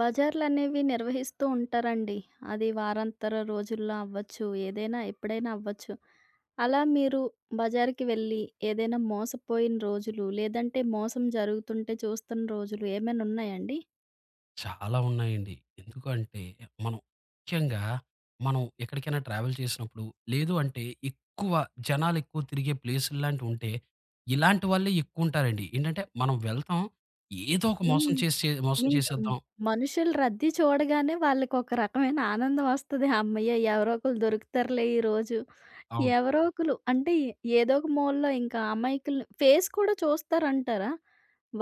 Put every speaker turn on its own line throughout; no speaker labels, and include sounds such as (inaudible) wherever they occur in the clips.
బజార్లనేవి నిర్వహిస్తూ ఉంటారండి. అది వారాంతర రోజుల్లో అవ్వచ్చు, ఏదైనా ఎప్పుడైనా అవ్వచ్చు. అలా మీరు బజార్‌కి వెళ్ళి ఏదైనా మోసపోయిన రోజులు, లేదంటే మోసం జరుగుతుంటే చూస్తున్న రోజులు ఏమైనా ఉన్నాయా అండి?
చాలా ఉన్నాయండి. ఎందుకు అంటే మనం ముఖ్యంగా ఎక్కడికైనా ట్రావెల్ చేసినప్పుడు లేదు అంటే ఎక్కువ జనాలు ఎక్కువ తిరిగే ప్లేసుల్లాంటివి ఉంటే ఇలాంటి వాళ్ళే ఎక్కువుంటారండి. ఏంటంటే మనం వెళ్తాం ఏదో ఒక మోసం
హ్మ్.
చేసి మోసం
ఇంకా
చేసేద్దాం.
మనుషులు రద్దీ చూడగానే వాళ్ళకొక రకమైన ఆనందం వస్తది. హమ్మయ్య! ఎవరో ఒకళ్ళు దొరుకుతారులే ఈరోజు
అవును.
ఎవరో ఒకలు. అంటే ఏదో ఒక మూలలో ఇంకా అమాయకుల్ని ఫేస్ కూడా చూస్తారంటారా?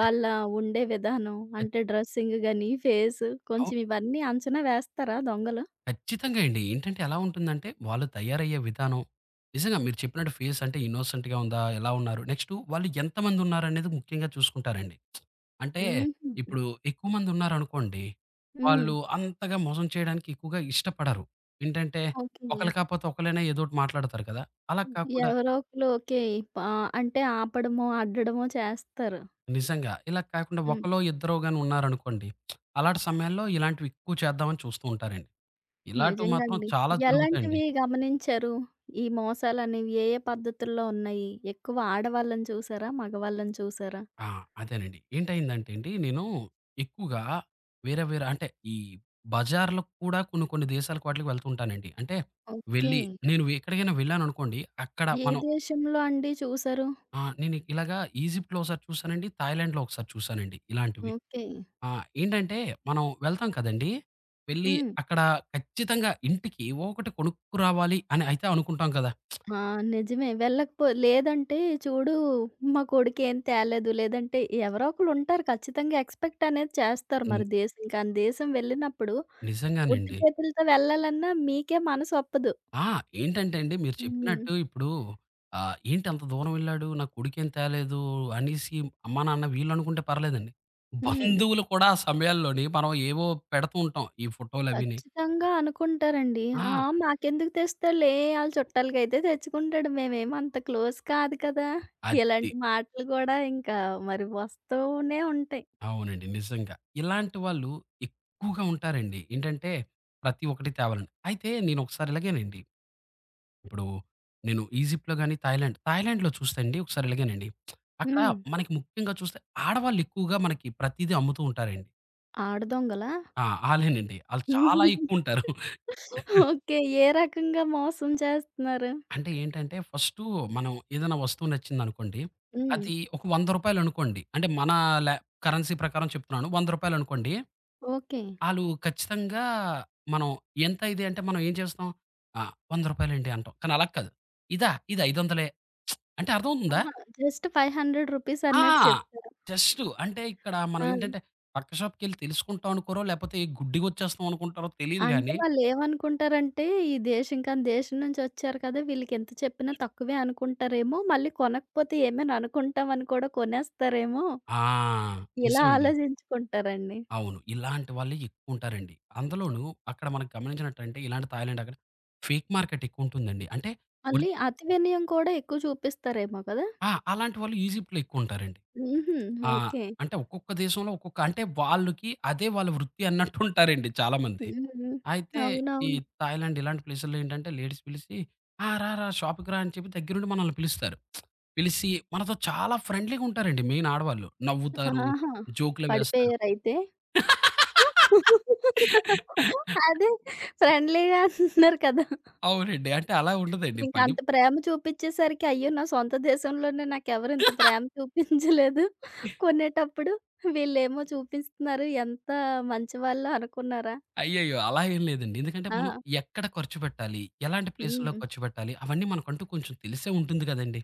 వాళ్ళ ఉండే విధానం అంటే డ్రెస్సింగ్ గాని, ఫేస్ కొంచెం ఇవన్నీ అంచనా వేస్తారా దొంగలు?
ఖచ్చితంగా అండి. ఏంటంటే ఎలా ఉంటుందంటే, వాళ్ళు తయారయ్యే విధానం, నిజంగా మీరు చెప్పినట్టు ఫేస్ అంటే ఇన్నోసెంట్‌గా ఉందా? ఎలా ఉన్నారు? నెక్స్టు వాళ్ళు ఎంతమందున్నారనేది ముఖ్యంగా చూసుకుంటారండి. అంటే
హుహు.
ఇప్పుడు ఎక్కువ మందున్నారనుకోండి,
హ్మ్.
వాళ్ళు అంతగా మోసం చేయడానికి ఎక్కువగా ఇష్టపడరు. ఏంటంటే,
ఓకే.
ఒకళ్ళు కాపోతే ఒకళ్ళైనా ఏదోటి మాట్లాడతారు కదా! అలా
హుహు.
కాకుండా
ఎవరో ఒకలు ఓకే. పా అంటే ఆపడమో, అడ్డడమో చేస్తారు.
నిజంగా. ఇలా కాకుండా
హ్మ్.
ఒకలో, ఇద్దరో గాని ఉన్నారనుకోండి, అలాంటి సమయాల్లో ఇలాంటివి ఎక్కువ చేద్దామని చూస్తూ ఉంటారండి. ఇలాటివి
నిజంగా
మాత్రం
అండి.
చాలా జరుగుతాయండి.
ఎలాంటివి గమనించారు? ఈ మోసాలనేవి ఏ ఏ పద్ధతుల్లో ఉన్నాయి? ఎక్కువ ఆడవాళ్ళని చూసారా? మగవాళ్ళని చూసారా?
ఆ! అదేనండి. ఏంటయిందంటే అండి, నేను ఎక్కువగా వేరే వేరే అంటే ఈ బజార్‌లకు కూడా కొన్ని కొన్ని దేశాలకు వాటిలకి వెళ్తూ ఉంటానండి. అంటే
ఓకే.
వెళ్ళి నేను ఎక్కడికైనా వెళ్ళాననుకోండి, అక్కడ
ఏ
మనం
దేశంలో అండి చూసారు?
నేను ఇలాగా ఈజిప్ట్‌లో ఒకసారి చూసానండి, థాయిలాండ్‌లో ఒకసారి చూసానండి ఇలాంటివి.
ఓకే.
ఆ! ఏంటంటే మనం వెళ్తాం కదండీ! వెళ్ళి
హ్మ్.
అక్కడ ఖచ్చితంగా ఇంటికి ఏవో ఒకటి కొనుక్కురావాలి అని అయితే అనుకుంటాం కదా!
ఆ! నిజమే. వెళ్ళకపో లేదంటే చూడు మా కొడుకేం తేలేదు, లేదంటే ఎవరో ఒకళ్ళుంటారు ఖచ్చితంగా ఎక్స్‌పెక్ట్ అనేది చేస్తారు
హ్మ్.
మరి దేశం. కానీ దేశం వెళ్ళినప్పుడు ఉట్టి
నిజంగానండి.
చేతులతో వెళ్ళాలన్నా మీకే మనసు ఒప్పదు.
ఆ! ఏంటంటే అండి మీరు
హ్మ్.
చెప్పినట్టు ఇప్పుడు ఏంటి అంత దూరం వెళ్ళాడు? నా కొడుకేం తేలేదు అనేసి అమ్మా, నాన్న వీళ్ళనుకుంటే పర్లేదండి.
హ్మ్.
బంధువులు కూడా ఆ సమయాల్లోని మనం ఏవో పెడుతూ ఉంటాం. ఈ ఫోటోలవిని.
ఖచ్చితంగా అనుకుంటారండి. ఆ!
ఆ!
మాకెందుకు తెస్తాడులే ఆళ్ళ చుట్టాలకైతే తెచ్చుకుంటాడు. మేమేమి అంత క్లోజ్ కాదు కదా!
అది.
ఇలాంటి మాటలు గూడా ఇంకా మరి వస్తూనే ఉంటాయి.
అవునండి. నిజంగా. ఇలాంటి వాళ్ళు ఎక్కువగా ఉంటారండి. ఏంటంటే ప్రతి ఒక్కటి తేవాలని. అయితే నేనొకసారి ఇలాగేనండి. ఇప్పుడు నేను ఈజిప్ట్‌లో గాని, థాయిలాండ్‌లో చూస్తే అండి ఒకసారి ఇలాగేనండి. అక్కడ
హ్మ్.
మనకి ముఖ్యంగా చూస్తే ఆడవాళ్ళు ఎక్కువగా మనకి ప్రతీదీ అమ్ముతూ ఉంటారండి.
ఆడ దొంగలా?
ఆ! ఆళ్ళేనండి. ఆళ్ళు చాలా
(laughs)
ఎక్కువుంటారు.
ఓకే. ఏ రకంగా మోసం చేస్తున్నారు?
అంటే ఏంటంటే, ఫస్టు మనం ఏదైనా వస్తువు నచ్చిందనుకోండి,
హ్మ్.
అది ఒక రూ. 100 అంటే మన లే కరెన్సీ ప్రకారం చెప్తున్నాను. రూ. 100
ఓకే.
ఆళ్ళు ఖచ్చితంగా మనం ఎంత ఇది అంటే మనం ఏం చేస్తాం? ఆ! రూ. 100 అంటాం. కానీ అలా కాదు. ఇదా? ఇది 500 అంటే అర్థమవుతుందా?
ఆహా! జస్ట్ రూ. 500
ఆ!
అన్నట్టు చెప్పారు.
జస్టు అంటే ఇక్కడ మనం
ఆ!
ఏంటంటే, పక్క షాప్‌కెళ్లి తెలుసుకుంటాం అనుకోరో, లేపోతే గుడ్డిగొచ్చేస్తాం అనుకుంటారో తెలీదు
అంటే
గానీ
వాళ్ళేమనుకుంటారంటే, ఈ దేశం కానీ దేశం నుంచి వచ్చారు కదా! వీళ్ళకింత చెప్పినా తక్కువే అనుకుంటారేమో, మళ్ళీ కొనకపోతే ఏమైనా అనుకుంటామని కూడా కొనేస్తారేమో,
ఆ!
ఇలా
నిజమండి.
ఆలోచించుకుంటారండి.
అవును. ఇలాంటి వాళ్ళే ఎక్కువుంటారండి. అందులోనూ అక్కడ మనం గమనించినట్టంటే ఇలాంటి థాయిలాండ్ అక్కడ ఫేక్ మార్కెట్ ఎక్కువుంటుందండి. అంటే ఒరి
మళ్ళీ అతి వినయం కూడా ఎక్కువ చూపిస్తారేమో కదా!
ఆ! అలాంటి వాళ్ళు ఈజిప్ట్‌లో ఎక్కువుంటారండి.
హుహు.
ఆ!
ఓకే.
అంటే ఒక్కొక్క దేశంలో ఒక్కొక్క అంటే వాళ్ళకి అదే వాళ్ళ వృత్తి అన్నట్టుంటారండి చాలామంది.
హ్మ్.
అయితే ఈ
అవునవును.
థాయిలాండ్ ఇలాంటి ప్లేసుల్లో ఏంటంటే లేడీస్ పిలిసి "ఆ! రా రా షాప్‌కి రా" అని చెప్పి దగ్గరుండి మనల్ని పిలుస్తారు. పిలిసి మనతో చాలా ఫ్రెండ్లీగా ఉంటారండి మెయిన్ ఆడవాళ్ళు. నవ్వుతారు,
ఆహా!
జోకులు వేస్తారు.
పడిపోయారైతే? (laughs) అదే ఫ్రెండ్లీగా అంటున్నారు కదా!
అవునండి. అంటే అలా ఉండదండి.
ఇంక అంత ప్రేమ చూపిచ్చేసరికి అయ్యో! నా సొంత దేశంలోనే నాకెవరు ఇంత ప్రేమ చూపించలేదు కొనేటప్పుడు. వీళ్ళేమో చూపిస్తున్నారు ఎంత మంచివాళ్ళో అనుకున్నారా?
అయ్యయ్యో! అలా ఏం లేదండి. ఎందుకంటే మనం
ఆ!
ఎక్కడ ఖర్చు పెట్టాలి? ఎలాంటి ప్లేసుల్లో
హ్మ్.
ఖర్చు పెట్టాలి? అవన్నీ మనకంటూ కొంచెం తెలిసే ఉంటుంది కదండీ!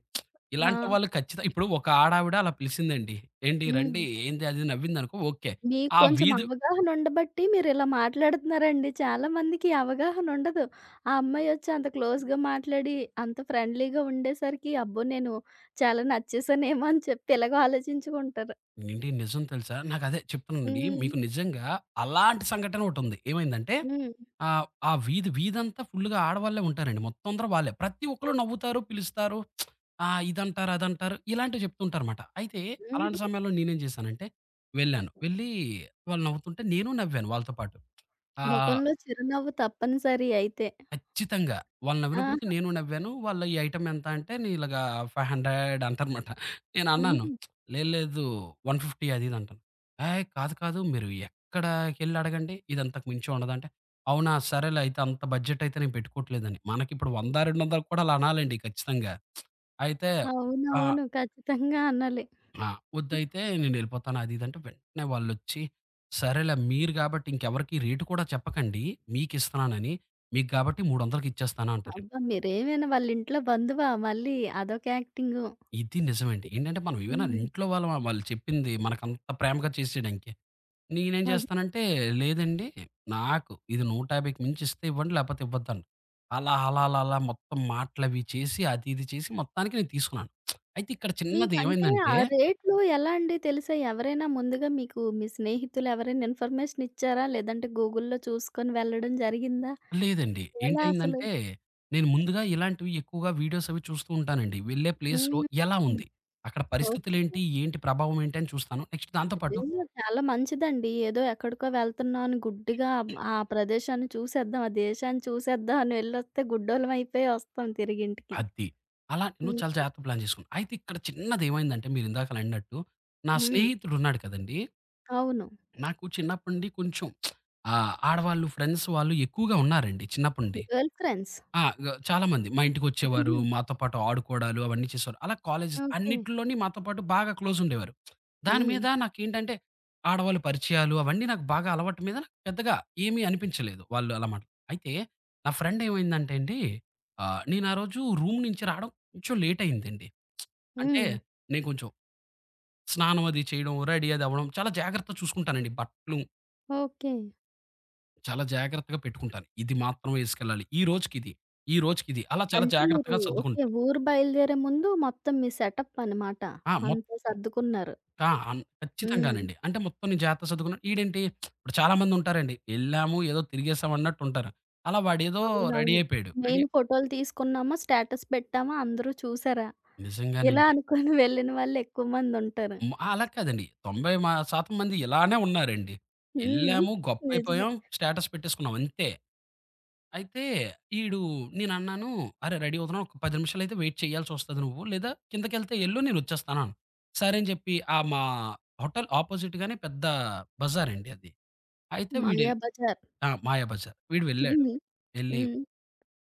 ఆ!
ఇలాంటి వాళ్ళు ఖచ్చితంగా ఇప్పుడు ఒక ఆడావిడ అలా పిలిసిందండి. "ఏంటి
హ్మ్.
రండి" ఏంది అది నవ్విందనుకో ఓకే.
మీకు
ఆ
కొంచెం
వీధి
అవగాహన ఉండబట్టి మీరిలా మాట్లాడుతున్నారండి. చాలా మందికి ఈ అవగాహన ఉండదు. ఆ అమ్మాయొచ్చి అంత క్లోజ్‌గా మాట్లాడి, అంత ఫ్రెండ్లీగా ఉండేసరికి, అబ్బో! నేను చాలా నచ్చేసానేమో అని చెప్పి ఇలాగ ఆలోచించుకుంటారు.
ఏండి నిజం తెలుసా? నాకదే చెప్తున్నానండి.
హ్మ్.
మీకు నిజంగా అలాంటి సంఘటన ఒకటుంది. ఏమైందంటే
హ్మ్.
ఆ! ఆ వీధి వీధంతా ఫుల్‌గా ఆడవాళ్ళే ఉంటారండి. మొత్తం అందరూ వాళ్ళే. ప్రతి ఒక్కళ్ళు నవ్వుతారు, పిలుస్తారు. ఆ! ఇదంటారు, అదంటారు. ఇలాంటివి చెప్తుంటారుమాట. అయితే
హ్మ్.
అలాంటి సమయంలో నేనేం చేశానంటే వెళ్ళాను. వెళ్ళి వాళ్ళు నవ్వుతుంటే నేను నవ్వాను వాళ్ళతో పాటు. ఆహ్,
మొఖంలో చిరునవ్వు తప్పనిసరి అయితే.
ఖచ్చితంగా. వాళ్ళు నవ్వినప్పటికి
ఆహా!
నేను నవ్వాను. వాళ్ళ ఈ ఐటెమ్ ఎంత అంటే నే ఇలాగా 500 అంటారన్నమాట. నేను అన్నాను.
హుహు.
లేదు లేదు 150 అది ఇది అంటాను. "ఏయ్! కాదు కాదు మీరు ఎక్కడికెళ్లి అడగండి. ఇది అంతకు మించి ఉండదంటే" అవునా! సరేలే అయితే అంత బడ్జెట్ అయితే నేను పెట్టుకోవట్లేదని. మనకిప్పుడు 100, 200 కూడా అలా అనాలండి ఖచ్చితంగా. అయితే ఆ!
అవునవును. ఖచ్చితంగా అనాలి.
ఆ! వద్దయితే నేనెళ్ళిపోతాను అది ఇది అంటే వెంటనే వాళ్ళొచ్చి, సరేలే మీరు కాబట్టి ఇంకెవరికీ రేట్ కూడా చెప్పకండి మీకిస్తున్నానని. మీకు కాబట్టి 300కి ఇచ్చేస్తాను అంటారండి.
అబ్బా! మీరేమైనా వాళ్ళ ఇంట్లో బంధువా మళ్ళీ అదొక యాక్టింగు.
ఇది నిజమండి. ఏంటంటే మనం ఏమైనా
హ్మ్.
ఇంట్లో వాళ్ళం వాళ్ళు చెప్పింది మనకంత ప్రేమగా చేసేయడానికి. నేనేం
అదే.
చేస్తానంటే లేదండి నాకు ఇది 150కి మించి ఇస్తే ఇవ్వండి లేకపోతే ఇవ్వద్దంట. అలా అలా అలా అలా మొత్తం మాటలవి చేసి అది ఇది చేసి మొత్తానికి నేను తీసుకున్నాను. అయితే ఇక్కడ చిన్నది
మీకంటే
ఏమైందంటే
ఆ రేట్లు ఎలా అండి తెలిసాయి? ఎవరైనా ముందుగా మీకు మీ స్నేహితులు ఎవరైనా ఇన్ఫర్మేషన్ ఇచ్చారా? లేదంటే గూగుల్‌లో చూసుకొని వెళ్ళడం జరిగిందా?
లేదండి.
ఎలా అసలు?
ఏంటయిందంటే నేను ముందుగా ఇలాంటివి ఎక్కువగా వీడియోస్ అవి చూస్తూ ఉంటానండి. వెళ్ళే ప్లేస్‌లో
హ్మ్.
ఎలా ఉంది? అక్కడ
ఓకే.
పరిస్థితులేంటి? ఏంటి ఏంటి ప్రభావం ఏంటి? అని చూస్తాను. నెక్స్ట్ దాంతో పాటు
నిజంగా చాలా మంచిదండి. ఏదో ఎక్కడికో వెళ్తున్నాం అని గుడ్డిగా ఆ ఆ ప్రదేశాన్ని చూసేద్దాం, ఆ దేశాన్ని చూసేద్దాం అని వెళ్ళొస్తే గుడ్డోలం అయిపోయి వస్తాం తిరిగి ఇంటికి.
అది. అలా నువ్వు
హ్మ్.
చాలా జాగ్రత్త ప్లాన్ చేసుకున్నావు. అయితే ఇక్కడ చిన్నదేమైందంటే మీరిందాకలా అన్నట్టు, నా
హ్మ్.
స్నేహితుడున్నాడు కదండీ!
అవును.
నాకు చిన్నప్పటి నుండి కొంచెం ఆడవాళ్ళు ఫ్రెండ్స్ వాళ్ళు ఎక్కువగా ఉన్నారండి చిన్నప్పటి నుండి.
Girl friends.
ఆ! చాలామంది మా ఇంటికొచ్చేవారు.
హుహు.
మాతో పాటు ఆడుకోవడాలు అవన్నీ చేసేవారు. అలా కాలేజ్
ఓకే.
అన్నిట్లోని మాతో పాటు బాగా క్లోజ్ ఉండేవారు. దాని
హ్మ్.
మీద నాకేంటంటే ఆడవాళ్ళ పరిచయాలు అవన్నీ నాకు బాగా అలవాటు మీద నాకు పెద్దగా ఏమీ అనిపించలేదు. వాళ్ళు అలా మాట అయితే నా ఫ్రెండ్ ఏమైందంటే అండి నేను ఆ రోజు రూమ్ నుంచి రావడం కొంచెం లేట్ అయిందండి. అంటే
హ్మ్.
నేను కొంచెం స్నానం అది చేయడం, రెడీ అది అవ్వడం చాలా జాగ్రత్తగా చూసుకుంటానండి. బట్టలు
ఓకే.
చాలా జాగ్రత్తగా పెట్టుకుంటాను. ఇది మాత్రమే ఏసుకెళ్ళాలి. ఈ రోజుకిది, ఈ రోజుకిది అలా చాలా
అంటే మీరు
జాగ్రత్తగా
ఓకే.
సర్దుకుంటాను.
ఊరు బయలుదేరే ముందు మొత్తం మీ సెటప్ అనమాట.
ఆ! మొత్తం.
అంతా సర్దుకున్నారు.
ఆ!
హ్మ్.
ఖచ్చితంగానండి. అంటే మొత్తం నేను జాగ్రత్తగా సర్దుకున్నా. ఈడేంటి ఇప్పుడు చాలామంది ఉంటారండి. ఎళ్ళాము ఏదో తిరిగేసాం అన్నట్టు ఉంటారు. అలా వాడేదో రెడీ
అవునవును.
అయిపోయాడు.
మెయిన్ ఫోటోలు తీసుకున్నామా, స్టేటస్ పెట్టామా, అందరూ చూసారా, ఇలా
నిజంగానండి.
అనుకోని వెళ్ళిన వాళ్ళు ఎక్కువ మందుంటారు.
హ్మ్. అలా కాదండి. 90 శాతం మంది ఇలానే ఉన్నారండి.
హ్మ్.
ఎళ్ళాము,
నిజమే.
గొప్పైపోయాం, స్టేటస్ పెట్టేసుకున్నాం అంతే. అయితే ఈడు నేనన్నాను, "అరే! రెడీ అవుతున్నాను. ఒక 10 నిమిషాలైతే వెయిట్ చేయాల్సొస్తది నువ్వు. లేదా కిందకెళ్తే ఎళ్ళు నేనొచ్చేస్తాను" అన్నా. సరే అని చెప్పి ఆ మా హోటల్ అపోజిట్‌గానే పెద్ద బజారండి అది. అయితే
మాయాబజార్.
ఆ! మాయాబజార్. వీడు వెళ్ళాడు.
హ్మ్.
ఎళ్లి
హ్మ్.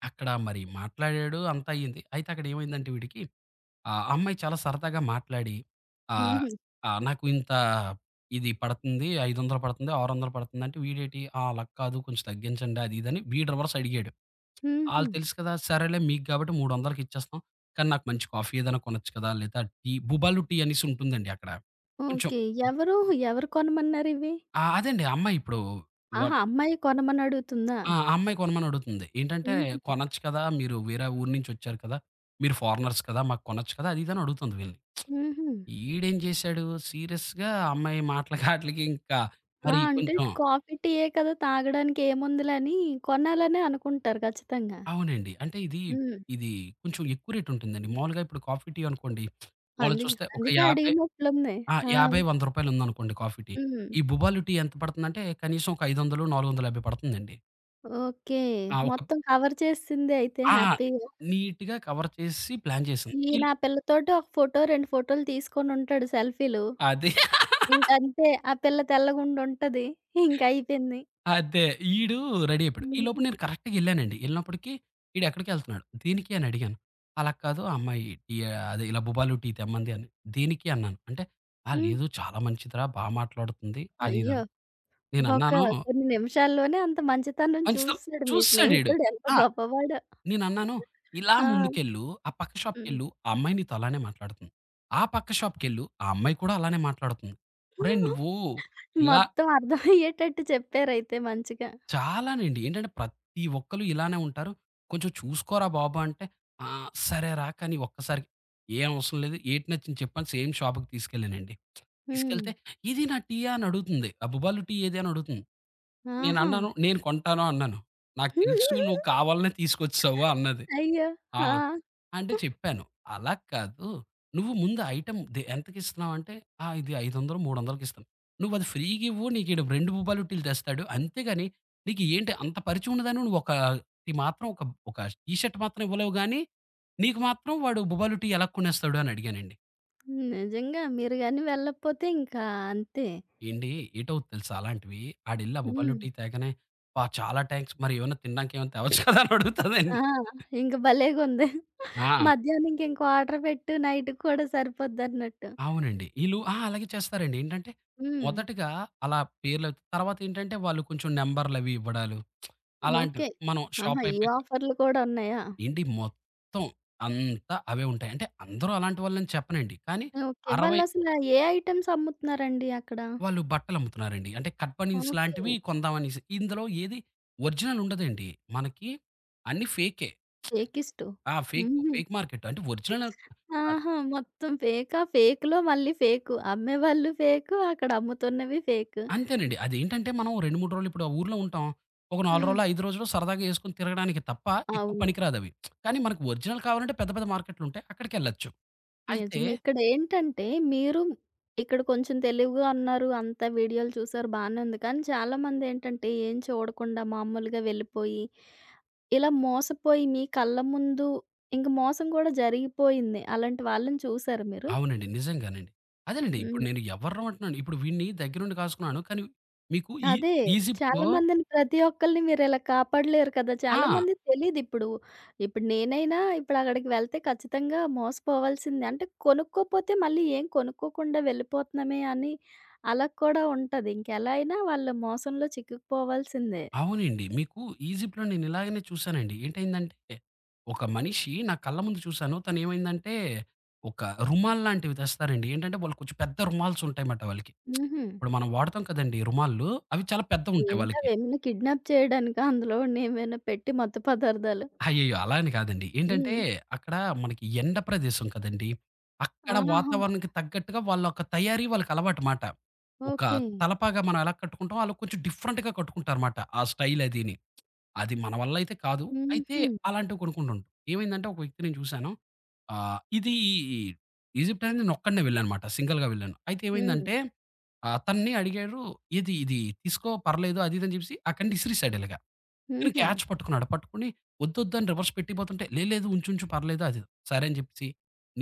అక్కడ మరి మాట్లాడాడు అంతా అయింది. అయితే అక్కడ ఏమైందంటే వీడికి ఆ అమ్మాయి చాలా సరదాగా మాట్లాడి ఆహ్,
హుహు.
ఆహ్, నాకు ఇంత ఇది పడుతుంది. 500 పడుతుంది, 600 పడుతుందంటే వీడేటి "ఆ! అలా కాదు కొంచెం తగ్గించండి" అది ఇది అని వీడు రివర్స్ అడిగాడు.
హుహు.
ఆళ్ళు తెలుసు కదా! సరేలే మీకు కాబట్టి 300కి ఇచ్చేస్తాం. కానీ నాకు మంచి కాఫీ ఏదైనా కొనొచ్చు కదా! లేదా టీ 'బుబాలు టీ' అనేసి ఉంటుందండి అక్కడ. కొంచెం
ఓకే. ఎవరు, ఎవరు కొనమన్నారివి?
ఆ! అదండి. ఆ అమ్మాయి ఇప్పుడు
ఆహా! అమ్మాయి కొనమని అడుగుతుందా?
ఆ! ఆ అమ్మాయి కొనమని అడుగుతుంది. ఏంటంటే,
హుహు.
"కొనొచ్చు కదా! మీరు వేరే ఊరు నుంచొచ్చారు కదా! మీరు ఫారినర్స్ కదా! మాకు కొనొచ్చు కదా!" అది ఇది అని అడుగుతుంది వీళ్ళని.
హుహు.
ఈడేం చేశాడు, సీరియస్‌గా ఆ అమ్మాయి మాటలకి ఆటిలకి ఇంకా
ఆ!
మరి
అంటే
కొంచెం
కాఫీ, టీయే కదా! తాగడానికి ఏముందిలే అని కొనాలనే అనుకుంటారు ఖచ్చితంగా.
అవునండి. అంటే ఇది,
హ్మ్.
ఇది కొంచెం ఎక్కువ రేట్ ఉంటుందండి. మామూలుగా ఇప్పుడు కాఫీ, టీ అనుకోండి మాములుగా
అందుకే
చూస్తే ఒక
అందుకే
50
అడిగినట్లుంది.
ఆ! రూ.
ఆ!
50, 100 ఉందనుకోండి కాఫీ, టీ.
హ్మ్.
ఈ బుబాలు టీ ఎంత పడుతుందంటే కనీసం ఒక 500, 450 పడుతుందండి.
ఓకే.
ఆ! ఒక
మొత్తం కవర్ చేసేసింది అయితే
ఆ!
హ్యాపీగా.
నీట్‌గా కవర్ చేసి ప్లాన్ చేసింది.
ఈయన ఆ పిల్లతోటి ఒక ఫోటో, 2 ఫోటోలు తీసుకొనుంటాడు సెల్ఫీలు.
అదే. (laughs)
ఇంకంతే ఆ పిల్ల తెల్లగుండుంటది. ఇంకయిపోయింది.
అదే. ఈడు రెడీ అయిపోయాడు. ఈలోపు
హ్మ్.
నేను కరెక్ట్‌గా ఎళ్ళానండి. ఎళ్ళినప్పటికి ఈడు ఎక్కడికెళ్తున్నాడు? దీనికి అని అడిగాను. అలా కాదు ఆ అమ్మాయి టీ అదే ఇలా బుబాలు టీ తెమ్మంది అని. దేనికి అన్నాను. అంటే, "ఆ!
హ్మ్.
లేదు చాలా మంచిదిరా బా మాట్లాడుతుంది" అది ఇది
అయ్యో!
అని.
ఒక
నేనన్నాను
కొన్ని నిమిషాల్లోనే అంత మంచితనం
మంచితనం
చూసేసాడు మీ
చూసేసాడీడు.
స్నేహితుడు ఎంత
ఆ!
గొప్పవాడో.
నేనన్నాను, "ఇలా
ఆ!
ముందుకెళ్ళు, ఆ పక్క
హ్మ్.
షాప్‌కెళ్ళు ఆ అమ్మాయి నీతో అలానే మాట్లాడుతుంది. ఆ పక్క షాప్‌కెళ్ళు ఆ అమ్మాయి కూడా అలానే మాట్లాడుతుంది. ఒరేయ్! నువ్వు ఇలా"
మొత్తం అర్థమయ్యేటట్టు చెప్పారైతే మంచిగా.
చాలానండి. ఏంటంటే ప్రతి ఒక్కళ్ళు ఇలానే ఉంటారు. కొంచెం చూసుకోరా బాబు! అంటే ఆ! సరేరా కానీ ఒక్కసారికి ఏం అవసరం లేదు. ఏటి నచ్చింది చెప్పని సేమ్ షాప్‌కి తీసుకెళ్ళానండి.
హ్మ్.
తీసుకెళ్తే "ఇది నా టీయా" అని అడుగుతుంది. ఆ 'భూపాలు టీ ఏది?" అని అడుగుతుంది.
ఆహా!
నేనన్నాను "నేను కొంటాను" అన్నాను. "నాకు తెలుసు నువ్వు కావాలనే తీసుకొచ్చేసావు" అన్నది.
అయ్యో!
ఆ!
ఆ!
అంటే చెప్పాను. అలా కాదు. నువ్వు ముందు ఐటెమ్ ఎంతకిస్తున్నావు అంటే, ఆ! ఇది 500 300కి ఇస్తాను. నువ్వది ఫ్రీ‌గా ఇవ్వు. నీకీడు 2 బూపాలు టీలు తెస్తాడు. అంతేగాని నీకు ఏంటి అంత పరిచయం ఉన్నదానివి నువ్వొక టీ మాత్రం ఒక ఒక టీ షర్ట్ మాత్రం ఇవ్వలేవు గానీ, నీకు మాత్రం వాడు బూపాలు టీ ఎలా కొనేస్తాడు అని అడిగానండి.
నిజంగా మీరు గాని వెళ్ళకపోతే ఇంకా అంతే.
ఏండి ఏటవుద్ది తెలుసా అలాంటివి? ఆడెళ్ళి ఆ బూపాలు
హ్మ్.
టీ తేగానే, అబ్బా! చాలా థాంక్స్ మరి ఏమన్నా తినడానికి ఏమైనా తేవచ్చు కదా అని
ఆ!
అడుగుతదండి.
ఇంక భలేగుంది.
ఆ!
మధ్యాహ్నంకి ఇంకో ఆర్డర్ పెట్టు నైట్‌కి కూడా సరిపోద్దన్నట్టు.
అవునండి. ఈళ్ళు ఆ! అలాగే చేస్తారండి. ఏంటంటే,
హ్మ్.
మొదటగా అలా పేర్లు తర్వాతేంటంటే, వాళ్ళు కొంచెం నంబర్‌లవి ఇవ్వడాలు, అలాంటివి.
ఓకే.
మనం
ఆహా!
షాప్
ఈ
అయిపోయాక
ఆఫర్‌లు కూడా ఉన్నాయా?
ఏండి మొత్తం అంతా అవే ఉంటాయి. అంటే అందరూ అలాంటి వాళ్ళని చెప్పనండి. కానీ
ఓకే.
60
వాళ్ళసల ఏ ఐటెమ్స్ అమ్ముతున్నారండి అక్కడ?
వాళ్ళు బట్టలమ్ముతున్నారండి. అంటే కట్ బనీన్స్
ఓకే.
లాంటివి కొందామనేసి. ఇందులో ఏది ఒరిజినల్ ఉండదండి. మనకి అన్నీ ఫేకే. అంటే
టేకిస్టు.
ఆ! ఫేక్,
హుహు.
Fake market. అంటే ఒరిజినల్
ఆహా! మొత్తం ఫేకా? ఫేక్‌లో మళ్ళీ ఫేకు. అమ్మేవాళ్ళు ఫేకు, అక్కడ అమ్ముతున్నవి ఫేకు.
అంతేనండి. అదేంటంటే మనం 2, 3 రోజులు ఇప్పుడు ఆ ఊర్లో ఉంటాం. ఒక 4
హ్మ్.
రోజులు, 5 రోజులు సరదాగా ఏసుకొని తిరగడానికి తప్ప ఎక్కువ
అవును.
పనికిరాదవి. కానీ మనకు ఒరిజినల్ కావాలంటే పెద్ద పెద్ద మార్కెట్లుంటాయి. అక్కడికెళ్ళొచ్చు. అయితే
నిజమే. ఇక్కడేంటంటే మీరు ఇక్కడ కొంచెం తెలివిగా ఉన్నారు. అంతా వీడియోలు చూసారు బానే ఉంది. కానీ చాలామందేంటంటే ఏం చూడకుండా మామూలుగా వెళ్ళిపోయి, ఇలా మోసపోయి మీ కళ్ళ ముందు ఇంక మోసం కూడా జరిగిపోయింది. అలాంటి వాళ్ళని చూసారా మీరు?
అవునండి. నిజంగానండి. అదేనండి. ఇప్పుడు
హ్మ్.
నేను ఎవర్రం అంటున్నాను. ఇప్పుడు వీడిని దగ్గరుండి కాసుకున్నాను. కానీ మీకు ఈ
అదే. చాలా
ఈజిప్ట్‌లో
మందిని ప్రతి ఒక్కళ్ళని మీరిలా కాపాడలేరు కదా!
ఆ!
చాలా మందికి తెలీదిప్పుడు. ఇప్పుడు ఇప్పుడు నేనైనా ఇప్పుడక్కడికి వెళ్తే ఖచ్చితంగా మోసపోవాల్సిందే. అంటే కొనుక్కోపోతే మళ్ళీ ఏం కొనుక్కోకుండా వెళ్ళిపోతున్నామే అని అలా కూడా ఉంటది. ఇంకెలా అయినా వాళ్ళు మోసంలో చిక్కుకుపోవాల్సిందే.
అవునండి. మీకు ఈజిప్ట్‌లో నేనిలాగనే చూసానండి. ఏంటయిందంటే ఒక మనిషి నా కళ్ళ ముందు చూసాను. తనేమైందంటే ఒక రుమాల్ లాంటివి తెస్తారండి. ఏంటంటే వాళ్ళు కొంచెం పెద్ద రుమాల్స్ ఉంటాయి మాట వాళ్ళకి.
హుహు.
ఇప్పుడు మనం వాడతాం కదండీ రుమాల్లు. అవి చాలా పెద్దవుంటాయి వాళ్ళకి.
ఏంటవేమైనా కిడ్నాప్ చేయడానికా? అందులోని ఏమైనా పెట్టి మత్తు పదార్థాలు?
అయ్యయ్యో! అలా అని కాదండి. ఏంటంటే
హ్మ్.
అక్కడ మనకి ఎండ ప్రదేశం కదండీ! అక్కడ
ఆహా!
వాతావరణానికి తగ్గట్టుగా వాళ్ళొక తయారీ వాళ్ళకలవాటు మాట. ఒక
ఓకే.
తలపాగా మనం ఎలా కట్టుకుంటామో ఆళ్ళు కొంచెం డిఫరెంట్‌గా కట్టుకుంటారుమాట. ఆ స్టైల్ అదీని. అది మన వల్ల అయితే కాదు. అయితే
హుహు.
అలాంటివి కొనుక్కుంటుంటాం. ఏమైందంటే ఒక వ్యక్తి నేను చూశాను. ఇది ఈజిప్ట్ అనేది నేనొక్కడినే వెళ్ళానన్నమాట. సింగిల్‌గా వెళ్ళాను. అయితే
హ్మ్.
ఏమైందంటే తనని అడిగారు "ఇది ఇది తీసుకో పర్లేదు" అది ఇది అని చెప్పేసి అక్కడి నుంచి ఇసిరేసాడు ఇలాగ. తను
హుహు.
క్యాచ్ పట్టుకున్నాడు. పట్టుకొని వద్దొద్దు అని రివర్స్ పెట్టిపోతుంటే "లేదు లేదు ఉంచుంచు పర్లేదు" అది ఇది." సరే అని చెప్పేసి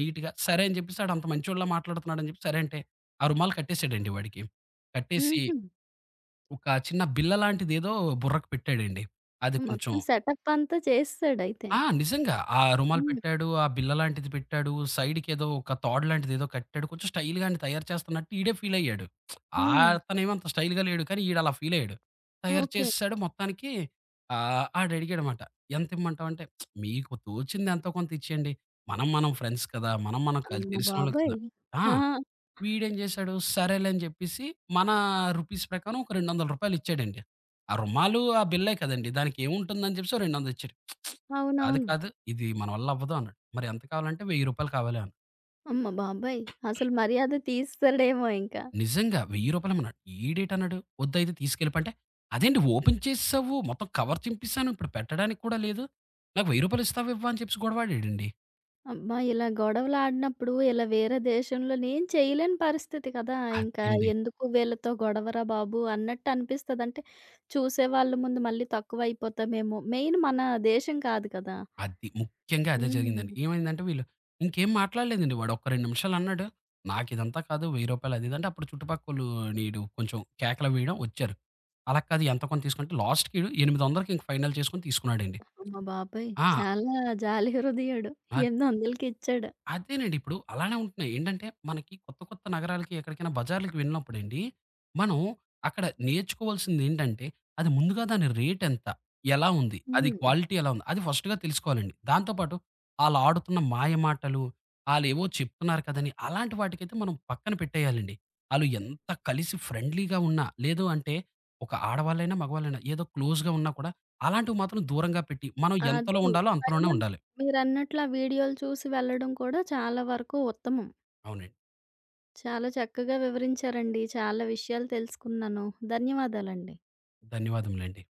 నీట్‌గా సరే అని చెప్పేసి ఆడు అంత మంచోడిలా మాట్లాడుతున్నాడని చెప్పి సరే అంటే ఆ రుమాలు కట్టేసాడండి వాడికి. కట్టేసి
హుహు.
ఒక చిన్న బిళ్ళ లాంటిదేదో బుర్రకు పెట్టాడండి. అది కొంచెం
మొత్తం సెటప్ అంతా చేసేసాడయితే.
ఆ! నిజంగా. ఆ రుమాలు
హ్మ్.
పెట్టాడు. ఆ బిళ్ళ లాంటిది పెట్టాడు. సైడ్‌కేదో ఒక తాడు లాంటిదేదో కట్టాడు. కొంచెం స్టైల్‌గా ఆడిని తయారు చేస్తున్నట్టు ఈడే ఫీల్ అయ్యాడు. ఆ
హ్మ్.
అతనేమో అంత స్టైల్‌గా లేడు. కానీ ఈడు అలా ఫీల్ అయ్యాడు. తయారు
ఓకే.
చేసేసాడు మొత్తానికి ఆడడిగాడమాట. ఎంత ఇమ్మంటావంటే "మీకు తోచింది ఎంతో కొంత ఇచ్చేయండి. మనం ఫ్రెండ్స్ కదా! మనం కల్
అమ్మ
తెలిసినోళ్ళం కదా!"
బాబోయ్!
ఆ!
ఆ!
వీడేం చేశాడు? సరేలే అని చెప్పేసి మన రూపీస్ ప్రకారం ఒక రూ. 200 ఇచ్చాడండి. ఆ రుమాలు, ఆ బిల్లే కదండీ! దానికి ఏముంటుందని చెప్పేసి ఓ 200 ఇచ్చాడు. "కాదు,
అవునవును.
కాదు ఇది మన వల్ల అవ్వదు" అన్నాడు. "మరి ఎంత కావాలంటే రూ. 1000 కావాలి" అన్నా.
అమ్మ బాబోయ్! అసలు మర్యాద తీసేసాడేమో ఇంకా.
నిజంగా రూ. 1000 ఇమ్మన్నాడు. ఈడేటన్నాడు "వద్దు అయితే తీసుకెళ్ళిపంటే" "అదేంటి ఓపెన్ చేసేసావు, మొత్తం కవర్ చింపేసాను. ఇప్పుడు పెట్టడానికి కూడా లేదు. నాకు రూ. 1000 ఇస్తావా? ఇవ్వా?" అని చెప్పేసి గొడవాడాడండి.
అబ్బా! ఇలా గొడవలాడినప్పుడు ఇలా వేరే దేశంలోని ఏం చేయలేని పరిస్థితి కదా! ఇంకా
అదండి.
ఎందుకు వీళ్ళతో గొడవరా బాబు అన్నట్టు అనిపిస్తది. అంటే చూసేవాళ్ళ ముందు మళ్ళీ తక్కువైపోతామేమో. మెయిన్ మన దేశం కాదు కదా!
అది. ముఖ్యంగా అదే జరిగిందండి.
హ్మ్.
ఏమైందంటే వీళ్ళు ఇంకేం మాట్లాడలేదండి వాడు. ఒక 2 నిమిషాలు అన్నాడు. నాకిదంతా కాదు రూ. 1000 అది ఇది అంటే అప్పుడు చుట్టుపక్కోళ్ళు కొంచెం కేకలు అవి వేయడం వచ్చారు. అలా కాదు ఎంతో కొంత తీసుకుంటే లాస్ట్‌కి 800కి ఇంక ఫైనల్ చేసుకొని తీసుకున్నాడండి.
అమ్మ బాబోయ్!
ఆ!
చాలా జాలి హృదయుడు.
ఆ!
800కి ఇచ్చాడు.
అదేనండి. ఇప్పుడు అలానే ఉంటున్నాయి. ఏంటంటే, మనకి కొత్త, కొత్త నగరాలకి ఎక్కడికైనా బజార్‌లకి వెళ్ళినప్పుడండి, మనం అక్కడ నేర్చుకోవాల్సిందేంటంటే, అది ముందుగా దాని రేటెంత? ఎలా ఉంది? అది
హ్మ్.
క్వాలిటీ ఎలా ఉంది? అది ఫస్ట్‌గా తెలుసుకోవాలండి. దాంతో పాటు ఆళ్ళాడుతున్న మాయమాటలు, ఆళ్ళేవో చెప్తున్నారు కదని, అలాంటి వాటికైతే మనం పక్కన పెట్టేయాలండి. ఆళ్ళు ఎంత కలిసి ఫ్రెండ్లీగా ఉన్నా, లేదు అంటే ఒక ఆడవాళ్ళైనా, మగవాళ్ళైనా ఏదో క్లోజ్‌గా ఉన్నా కూడా అలాంటివి మాత్రం దూరంగా పెట్టి, మనం ఎంతలో
అదే.
ఉండాలో అంతలోనే
పైగా
ఉండాలి.
మీరన్నట్లు ఆ వీడియోలు చూసి వెళ్ళడం కూడా చాలా వరకు ఉత్తమం.
అవునండి.
చాలా చక్కగా వివరించారండి. చాలా విషయాలు తెలుసుకున్నాను. ధన్యవాదాలండి.
ధన్యవాదములండి.